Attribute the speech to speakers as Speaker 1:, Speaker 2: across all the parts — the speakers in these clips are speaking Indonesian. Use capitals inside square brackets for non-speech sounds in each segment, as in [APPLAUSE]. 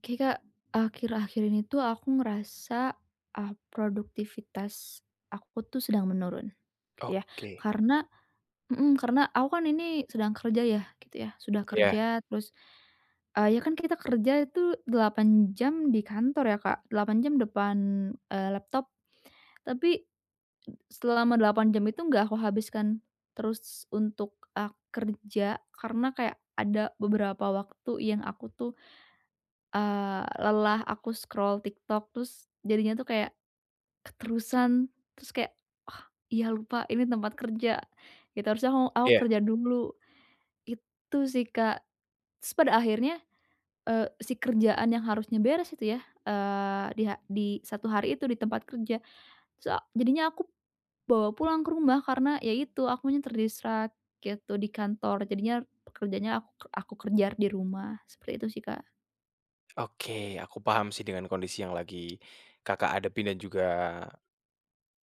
Speaker 1: Oke Kak, akhir-akhir ini tuh aku ngerasa, produktivitas aku tuh sedang menurun, gitu ya.
Speaker 2: Oke,
Speaker 1: Karena mhm, karena aku kan ini sedang kerja ya, gitu ya. Sudah
Speaker 2: iya
Speaker 1: kerja terus, ya kan kita kerja itu 8 jam di kantor ya Kak, delapan jam depan, laptop. Tapi selama 8 jam itu nggak aku habiskan terus untuk, kerja karena kayak ada beberapa waktu yang aku tuh lelah aku scroll TikTok terus jadinya tuh kayak keterusan, terus kayak, "Ah, iya lupa ini tempat kerja," gitu, harusnya aku
Speaker 2: iya,
Speaker 1: kerja dulu, itu sih, Kak. Terus pada akhirnya, si kerjaan yang harusnya beres itu ya, di satu hari itu di tempat kerja, terus jadinya aku bawa pulang ke rumah karena ya itu, akunya ter-distract gitu di kantor, jadinya pekerjaannya aku kerja di rumah, seperti itu sih, Kak.
Speaker 2: oke, aku paham sih dengan kondisi yang lagi Kakak hadapin dan juga,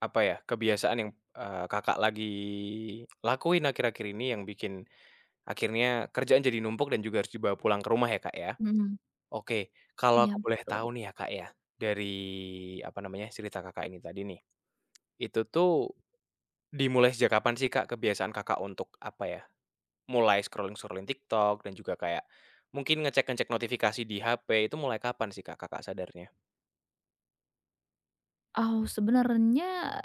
Speaker 2: apa ya, kebiasaan yang, Kakak lagi lakuin akhir-akhir ini yang bikin akhirnya kerjaan jadi numpuk dan juga harus dibawa pulang ke rumah ya, Kak, ya?
Speaker 1: Mhm,
Speaker 2: Oke, kalau
Speaker 1: iya
Speaker 2: aku boleh tahu
Speaker 1: betul.
Speaker 2: nih ya, Kak, ya, dari, apa namanya, cerita Kakak ini tadi nih, itu tuh dimulai sejak kapan sih, Kak, kebiasaan Kakak untuk, apa ya, mulai scrolling-scrolling TikTok dan juga kayak mungkin ngecek-ngecek notifikasi di HP itu mulai kapan sih, Kak, Kakak sadarnya?
Speaker 1: Oh, sebenarnya,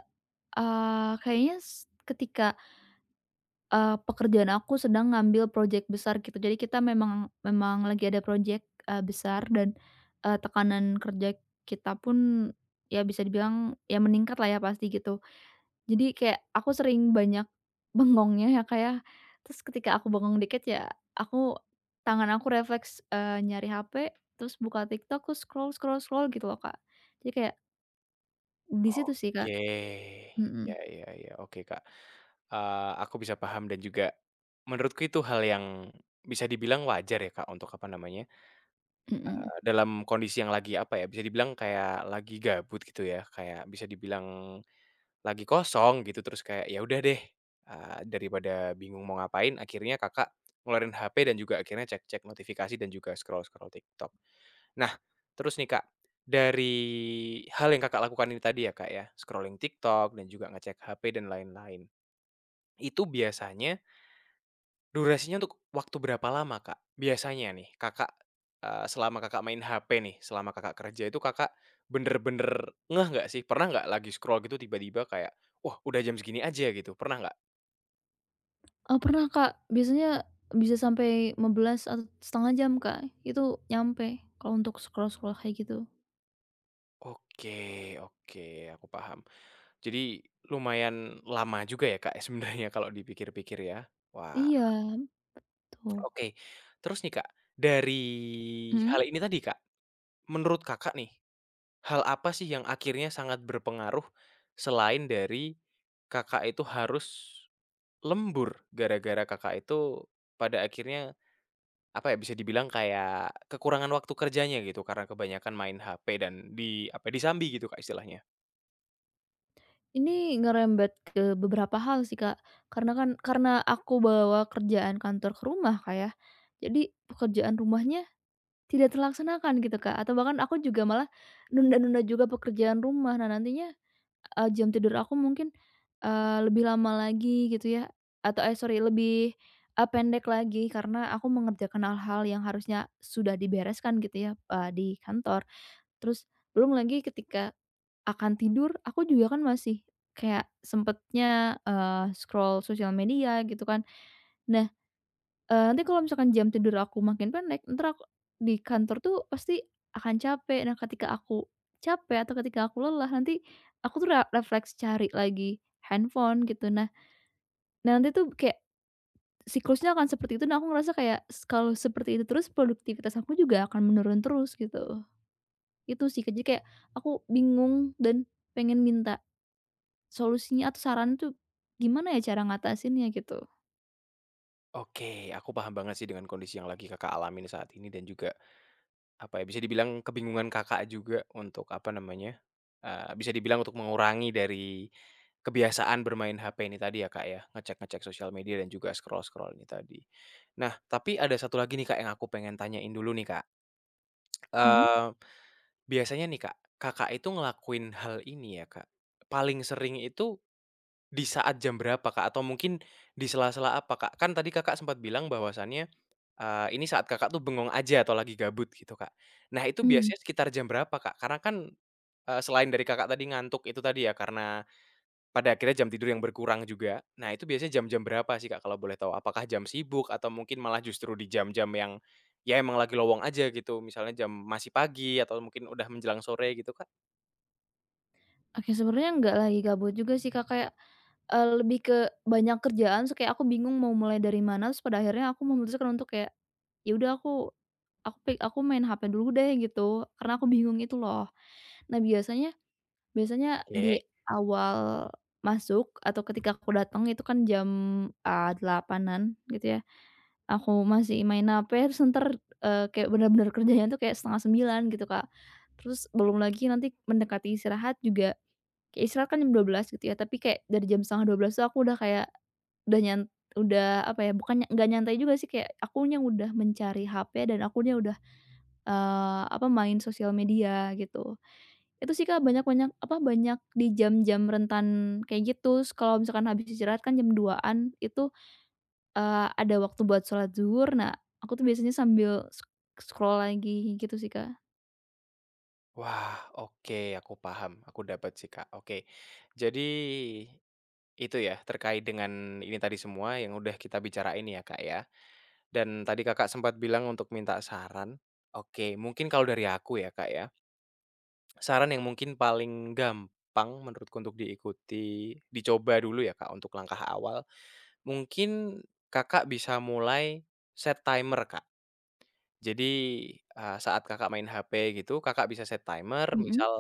Speaker 1: kayaknya ketika, pekerjaan aku sedang ngambil project besar gitu. Jadi kita memang memang lagi ada project, besar dan, tekanan kerja kita pun ya bisa dibilang ya meningkat lah ya pasti gitu. Jadi kayak aku sering banyak [LAUGHS] bengongnya ya, kayak. Terus ketika aku bengong dikit ya aku tangan aku refleks, nyari HP, terus buka TikTok, terus scroll scroll scroll gitu loh, Kak. Jadi kayak di situ sih, Kak.
Speaker 2: Oke,
Speaker 1: Mhm,
Speaker 2: ya ya ya, oke, Kak, aku bisa paham dan juga menurutku itu hal yang bisa dibilang wajar ya, Kak, untuk apa namanya,
Speaker 1: mhm.
Speaker 2: dalam kondisi yang lagi apa ya, bisa dibilang kayak lagi gabut gitu ya, kayak bisa dibilang lagi kosong gitu, terus kayak, ya udah deh, daripada bingung mau ngapain, akhirnya Kakak ngeluarin HP dan juga akhirnya cek-cek notifikasi dan juga scroll-scroll TikTok. Nah, terus nih Kak, dari hal yang Kakak lakukan ini tadi ya Kak ya, scrolling TikTok dan juga ngecek HP dan lain-lain, itu biasanya durasinya untuk waktu berapa lama, Kak? Biasanya nih Kakak, selama Kakak main HP nih, selama Kakak kerja itu Kakak bener-bener ngeh nggak sih? Pernah nggak lagi scroll gitu tiba-tiba kayak, "Wah, udah jam segini aja," gitu, pernah nggak?
Speaker 1: Pernah Kak, biasanya bisa sampai 15 atau setengah jam Kak, itu nyampe kalau untuk scroll-scroll kayak gitu.
Speaker 2: Oke oke, aku paham. Jadi lumayan lama juga ya, Kak, [LAUGHS] sebenarnya kalau dipikir-pikir ya? Wah,
Speaker 1: Iya, betul.
Speaker 2: oke. Terus nih, Kak, dari
Speaker 1: Mhm?
Speaker 2: hal ini tadi, Kak, menurut Kakak nih, hal apa sih yang akhirnya sangat berpengaruh selain dari Kakak itu harus lembur gara-gara Kakak itu pada akhirnya, apa ya, bisa dibilang kayak kekurangan waktu kerjanya gitu karena kebanyakan main HP dan di apa, ya, disambi gitu Kak istilahnya?
Speaker 1: Ini ngerembet ke beberapa hal sih Kak, karena aku bawa kerjaan kantor ke rumah Kak ya, jadi pekerjaan rumahnya tidak terlaksanakan gitu Kak, atau bahkan aku juga malah nunda-nunda juga pekerjaan rumah. Nah nantinya, jam tidur aku mungkin, lebih lama lagi gitu ya, atau eh sorry lebih, pendek lagi karena aku mengerjakan hal-hal yang harusnya sudah dibereskan gitu ya, di kantor. Terus belum lagi ketika akan tidur aku juga kan masih kayak sempatnya, scroll sosial media gitu kan. Nah, nanti kalau misalkan jam tidur aku makin pendek, entar aku di kantor tuh pasti akan capek. Nah, ketika aku capek atau ketika aku lelah, nanti aku tuh refleks cari lagi handphone gitu. Nah nah, nanti tuh kayak siklusnya akan seperti itu. Nah, aku ngerasa kayak kalau seperti itu terus produktivitas aku juga akan menurun terus gitu. Itu sih, Kak, jadi kayak aku bingung dan pengen minta solusinya atau saran tuh gimana ya cara ngatasinnya gitu?
Speaker 2: Oke, aku paham banget sih dengan kondisi yang lagi Kakak alamin saat ini dan juga apa ya, bisa dibilang kebingungan Kakak juga untuk, apa namanya, bisa dibilang untuk mengurangi dari kebiasaan bermain HP ini tadi ya, Kak, ya, ngecek-ngecek sosial media dan juga scroll-scroll ini tadi. Nah, tapi ada satu lagi nih, Kak, yang aku pengen tanyain dulu nih, Kak.
Speaker 1: Mhm?
Speaker 2: Eee, biasanya nih, Kak, Kakak itu ngelakuin hal ini ya, Kak, paling sering itu di saat jam berapa, Kak? Atau mungkin di sela-sela apa, Kak? Kan tadi Kakak sempat bilang bahwasannya ini saat Kakak tuh bengong aja atau lagi gabut gitu, Kak. Nah, itu
Speaker 1: Mmm.
Speaker 2: biasanya sekitar jam berapa, Kak? Karena kan, selain dari Kakak tadi ngantuk itu tadi ya, karena pada akhirnya jam tidur yang berkurang juga. Nah, itu biasanya jam-jam berapa sih, Kak, kalau boleh tahu? Apakah jam sibuk atau mungkin malah justru di jam-jam yang, ya emang lagi lowong aja gitu, misalnya jam masih pagi atau mungkin udah menjelang sore gitu, Kak?
Speaker 1: Oke, sebenarnya nggak lagi gabut juga sih, Kak, kayak, lebih ke banyak kerjaan terus kayak aku bingung mau mulai dari mana, terus pada akhirnya aku memutuskan untuk kayak, ya udah aku main HP dulu deh gitu, karena aku bingung itu loh. Nah, biasanya biasanya di
Speaker 2: Oke.
Speaker 1: awal masuk atau ketika aku datang itu kan jam, 8.00 gitu ya, aku masih main HP terus entar, kayak bener-bener kerjanya tuh kayak setengah sembilan gitu, Kak. Terus belum lagi nanti mendekati istirahat juga. Kayak istirahat kan jam dua belas gitu ya, tapi kayak dari jam setengah dua belas tuh aku udah kayak, udah nyan udah apa ya, bukannya nggak nyantai juga sih, kayak akunya udah mencari HP dan akunya udah, apa, main sosial media gitu. Itu sih Kak banyak di jam-jam rentan kayak gitu. Terus kalau misalkan habis istirahat kan jam duaan itu, ada waktu buat sholat zuhur. Nah, aku tuh biasanya sambil sk scroll lagi gitu sih Kak.
Speaker 2: Wah, oke, aku paham, aku dapat sih, Kak. Oke. Jadi itu ya, terkait dengan ini tadi semua yang udah kita bicarain ya, Kak, ya? Dan tadi Kakak sempat bilang untuk minta saran. Oke, mungkin kalau dari aku ya Kak ya, saran yang mungkin paling gampang menurutku untuk diikuti, dicoba dulu ya Kak untuk langkah awal, mungkin Kakak bisa mulai set timer Kak. Jadi, saat Kakak main HP gitu, Kakak bisa set timer, Mhm.
Speaker 1: Mhm.
Speaker 2: Misal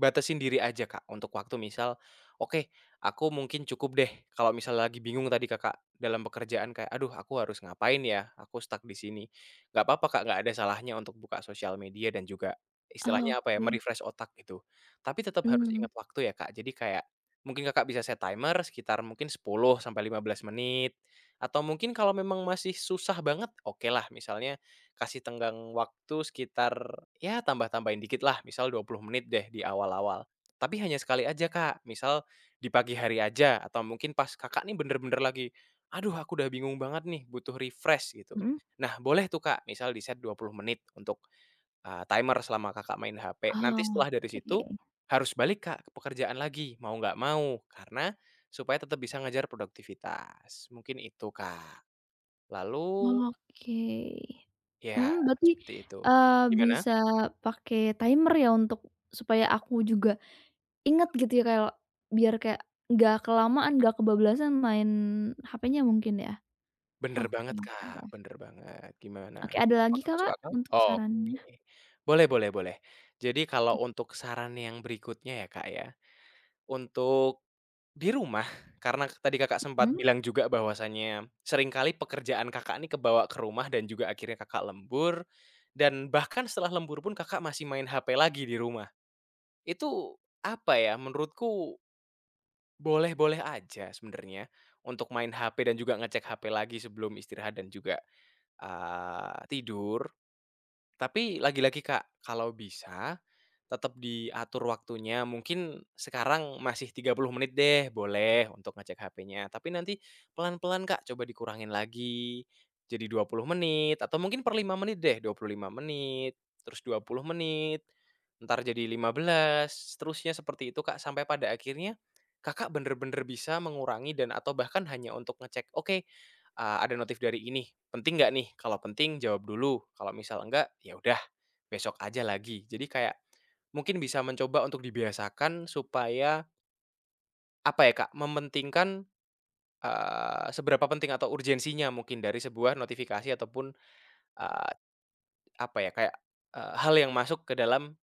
Speaker 2: batasin diri aja, Kak, untuk waktu misal, "Oke, aku mungkin cukup deh," kalau misal lagi bingung tadi Kakak dalam pekerjaan kayak, "Aduh aku harus ngapain ya? Aku stuck di sini." Gak apa-apa, Kak, gak ada salahnya untuk buka sosial media dan juga istilahnya apa ya,
Speaker 1: Oke.
Speaker 2: merefresh otak gitu. Tapi tetap harus
Speaker 1: Mmm,
Speaker 2: ingat waktu ya, Kak. Jadi kayak mungkin Kakak bisa set timer sekitar mungkin 10 sampai 15 menit, atau mungkin kalau memang masih susah banget, oke lah misalnya kasih tenggang waktu sekitar, ya tambah-tambahin dikit lah, misal 20 menit deh di awal-awal. Tapi hanya sekali aja, Kak. Misal di pagi hari aja atau mungkin pas Kakak nih bener-bener lagi, "Aduh aku udah bingung banget nih, butuh refresh," gitu.
Speaker 1: mhm.
Speaker 2: Nah, boleh tuh, Kak, misal di-set 20 menit untuk, timer selama Kakak main HP. Nanti setelah dari situ
Speaker 1: Oke.
Speaker 2: harus balik, Kak, ke pekerjaan lagi, mau nggak mau, karena supaya tetap bisa ngejar produktivitas. Mungkin itu, Kak. Lalu
Speaker 1: Oke.
Speaker 2: ya
Speaker 1: Mhm, Berarti,
Speaker 2: seperti itu.
Speaker 1: eee,
Speaker 2: Gimana?
Speaker 1: bisa pakai timer ya untuk supaya aku juga inget gitu ya kalau biar kayak nggak kelamaan, nggak kebablasan main HP-nya mungkin ya?
Speaker 2: Bener
Speaker 1: Oke
Speaker 2: banget,
Speaker 1: oke.
Speaker 2: Kak,
Speaker 1: Mhm.
Speaker 2: bener banget. Gimana?
Speaker 1: Oke, ada lagi
Speaker 2: Apakah
Speaker 1: Kak,
Speaker 2: masuk
Speaker 1: Kak,
Speaker 2: akal?
Speaker 1: untuk sarannya?
Speaker 2: Oke. Boleh boleh boleh. Jadi kalau untuk saran yang berikutnya ya, Kak, ya, untuk di rumah, karena tadi Kakak sempat
Speaker 1: Mhm.
Speaker 2: bilang juga bahwasanya seringkali pekerjaan Kakak ini kebawa ke rumah dan juga akhirnya Kakak lembur, dan bahkan setelah lembur pun Kakak masih main HP lagi di rumah. Itu, apa ya, menurutku boleh-boleh aja sebenarnya untuk main HP dan juga ngecek HP lagi sebelum istirahat dan juga tidur, tapi lagi-lagi, Kak, kalau bisa tetap diatur waktunya. Mungkin sekarang masih 30 menit deh, boleh untuk ngecek HP-nya, tapi nanti pelan-pelan, Kak, coba dikurangin lagi jadi 20 menit atau mungkin per 5 menit deh, 25 menit, terus 20 menit, ntar jadi 15 seterusnya seperti itu, Kak, sampai pada akhirnya Kakak bener-bener bisa mengurangi dan atau bahkan hanya untuk ngecek, "Oke, ada notif dari ini, penting nggak nih? Kalau penting jawab dulu, kalau misal enggak, ya udah besok aja lagi. Jadi kayak mungkin bisa mencoba untuk dibiasakan supaya apa ya, Kak, mementingkan, seberapa penting atau urgensinya mungkin dari sebuah notifikasi ataupun, eee, apa ya, kayak, hal yang masuk ke dalam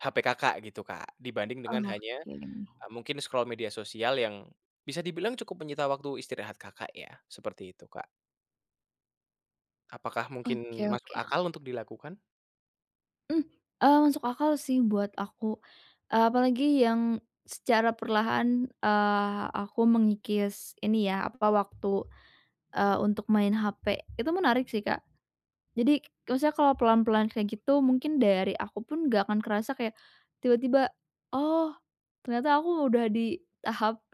Speaker 2: HP Kakak gitu, Kak, dibanding dengan hanya,
Speaker 1: Oke.
Speaker 2: mungkin scroll media sosial yang bisa dibilang cukup menyita waktu istirahat Kakak ya, seperti itu, Kak. Apakah mungkin
Speaker 1: Oke
Speaker 2: masuk
Speaker 1: oke.
Speaker 2: akal untuk dilakukan?
Speaker 1: Mmm, Masuk akal sih buat aku, apalagi yang secara perlahan, aku mengikis ini ya, apa, waktu untuk main HP. Itu menarik sih, Kak. Jadi, maksudnya kalau pelan-pelan kayak gitu, mungkin dari aku pun nggak akan kerasa kayak tiba-tiba, "Oh, ternyata aku udah di tahap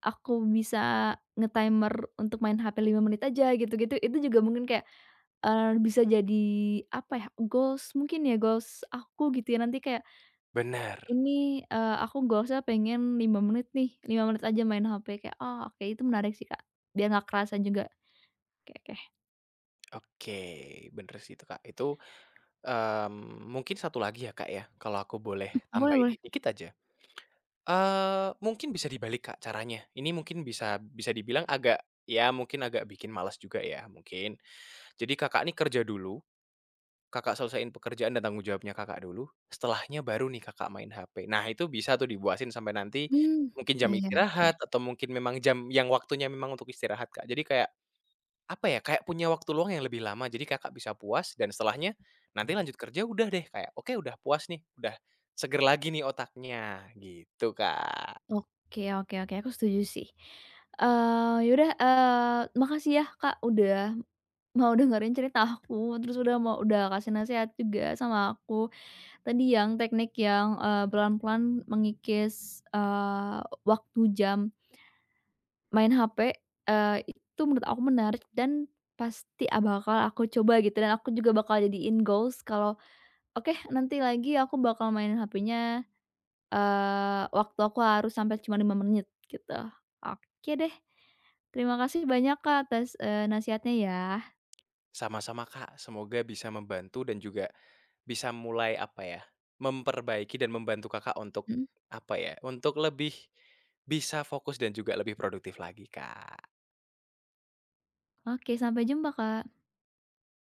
Speaker 1: aku bisa nge-timer untuk main HP 5 menit aja," gitu-gitu. Itu juga mungkin kayak, bisa jadi, apa ya, goals mungkin ya, goals aku gitu ya. Nanti kayak,
Speaker 2: Bener.
Speaker 1: "Ini, aku goals-nya pengen 5 menit nih, 5 menit aja main HP," kayak, "Oh, oke." Itu menarik sih, Kak, biar nggak kerasa juga. Oke oke.
Speaker 2: Oke, bener sih itu, Kak. Itu, mungkin satu lagi ya, Kak, ya, kalau aku boleh
Speaker 1: Boleh
Speaker 2: tambahin
Speaker 1: boleh.
Speaker 2: nih dikit aja. Mungkin bisa dibalik, Kak, caranya. Ini mungkin bisa bisa dibilang agak ya mungkin agak bikin malas juga ya, mungkin. Jadi Kakak nih kerja dulu, Kakak selesaiin pekerjaan dan tanggung jawabnya Kakak dulu, setelahnya baru nih Kakak main HP. Nah, itu bisa tuh dibuasin sampai nanti
Speaker 1: Mmm,
Speaker 2: mungkin jam
Speaker 1: iya, oke.
Speaker 2: istirahat atau mungkin memang jam yang waktunya memang untuk istirahat, Kak. Jadi kayak apa ya, kayak punya waktu luang yang lebih lama, jadi Kakak bisa puas dan setelahnya nanti lanjut kerja udah deh kayak, oke udah puas nih, udah seger lagi nih otaknya, gitu Kak.
Speaker 1: Oke oke oke, aku setuju sih. Ya udah, makasih ya Kak udah mau dengerin cerita aku, terus udah kasih nasehat juga sama aku. Tadi yang teknik yang, pelan-pelan mengikis, waktu jam main HP, itu menurut aku menarik dan pasti bakal aku coba gitu dan aku juga bakal jadiin goals kalau, "Oke nanti lagi aku bakal main HP-nya waktu aku harus sampai cuma 5 menit gitu. Oke deh. Terima kasih banyak Kak atas, nasihatnya ya.
Speaker 2: Sama-sama Kak, semoga bisa membantu dan juga bisa mulai apa ya, memperbaiki dan membantu Kakak untuk,
Speaker 1: Mhm.
Speaker 2: apa ya, untuk lebih bisa fokus dan juga lebih produktif lagi Kak.
Speaker 1: Oke, sampai jumpa Kak.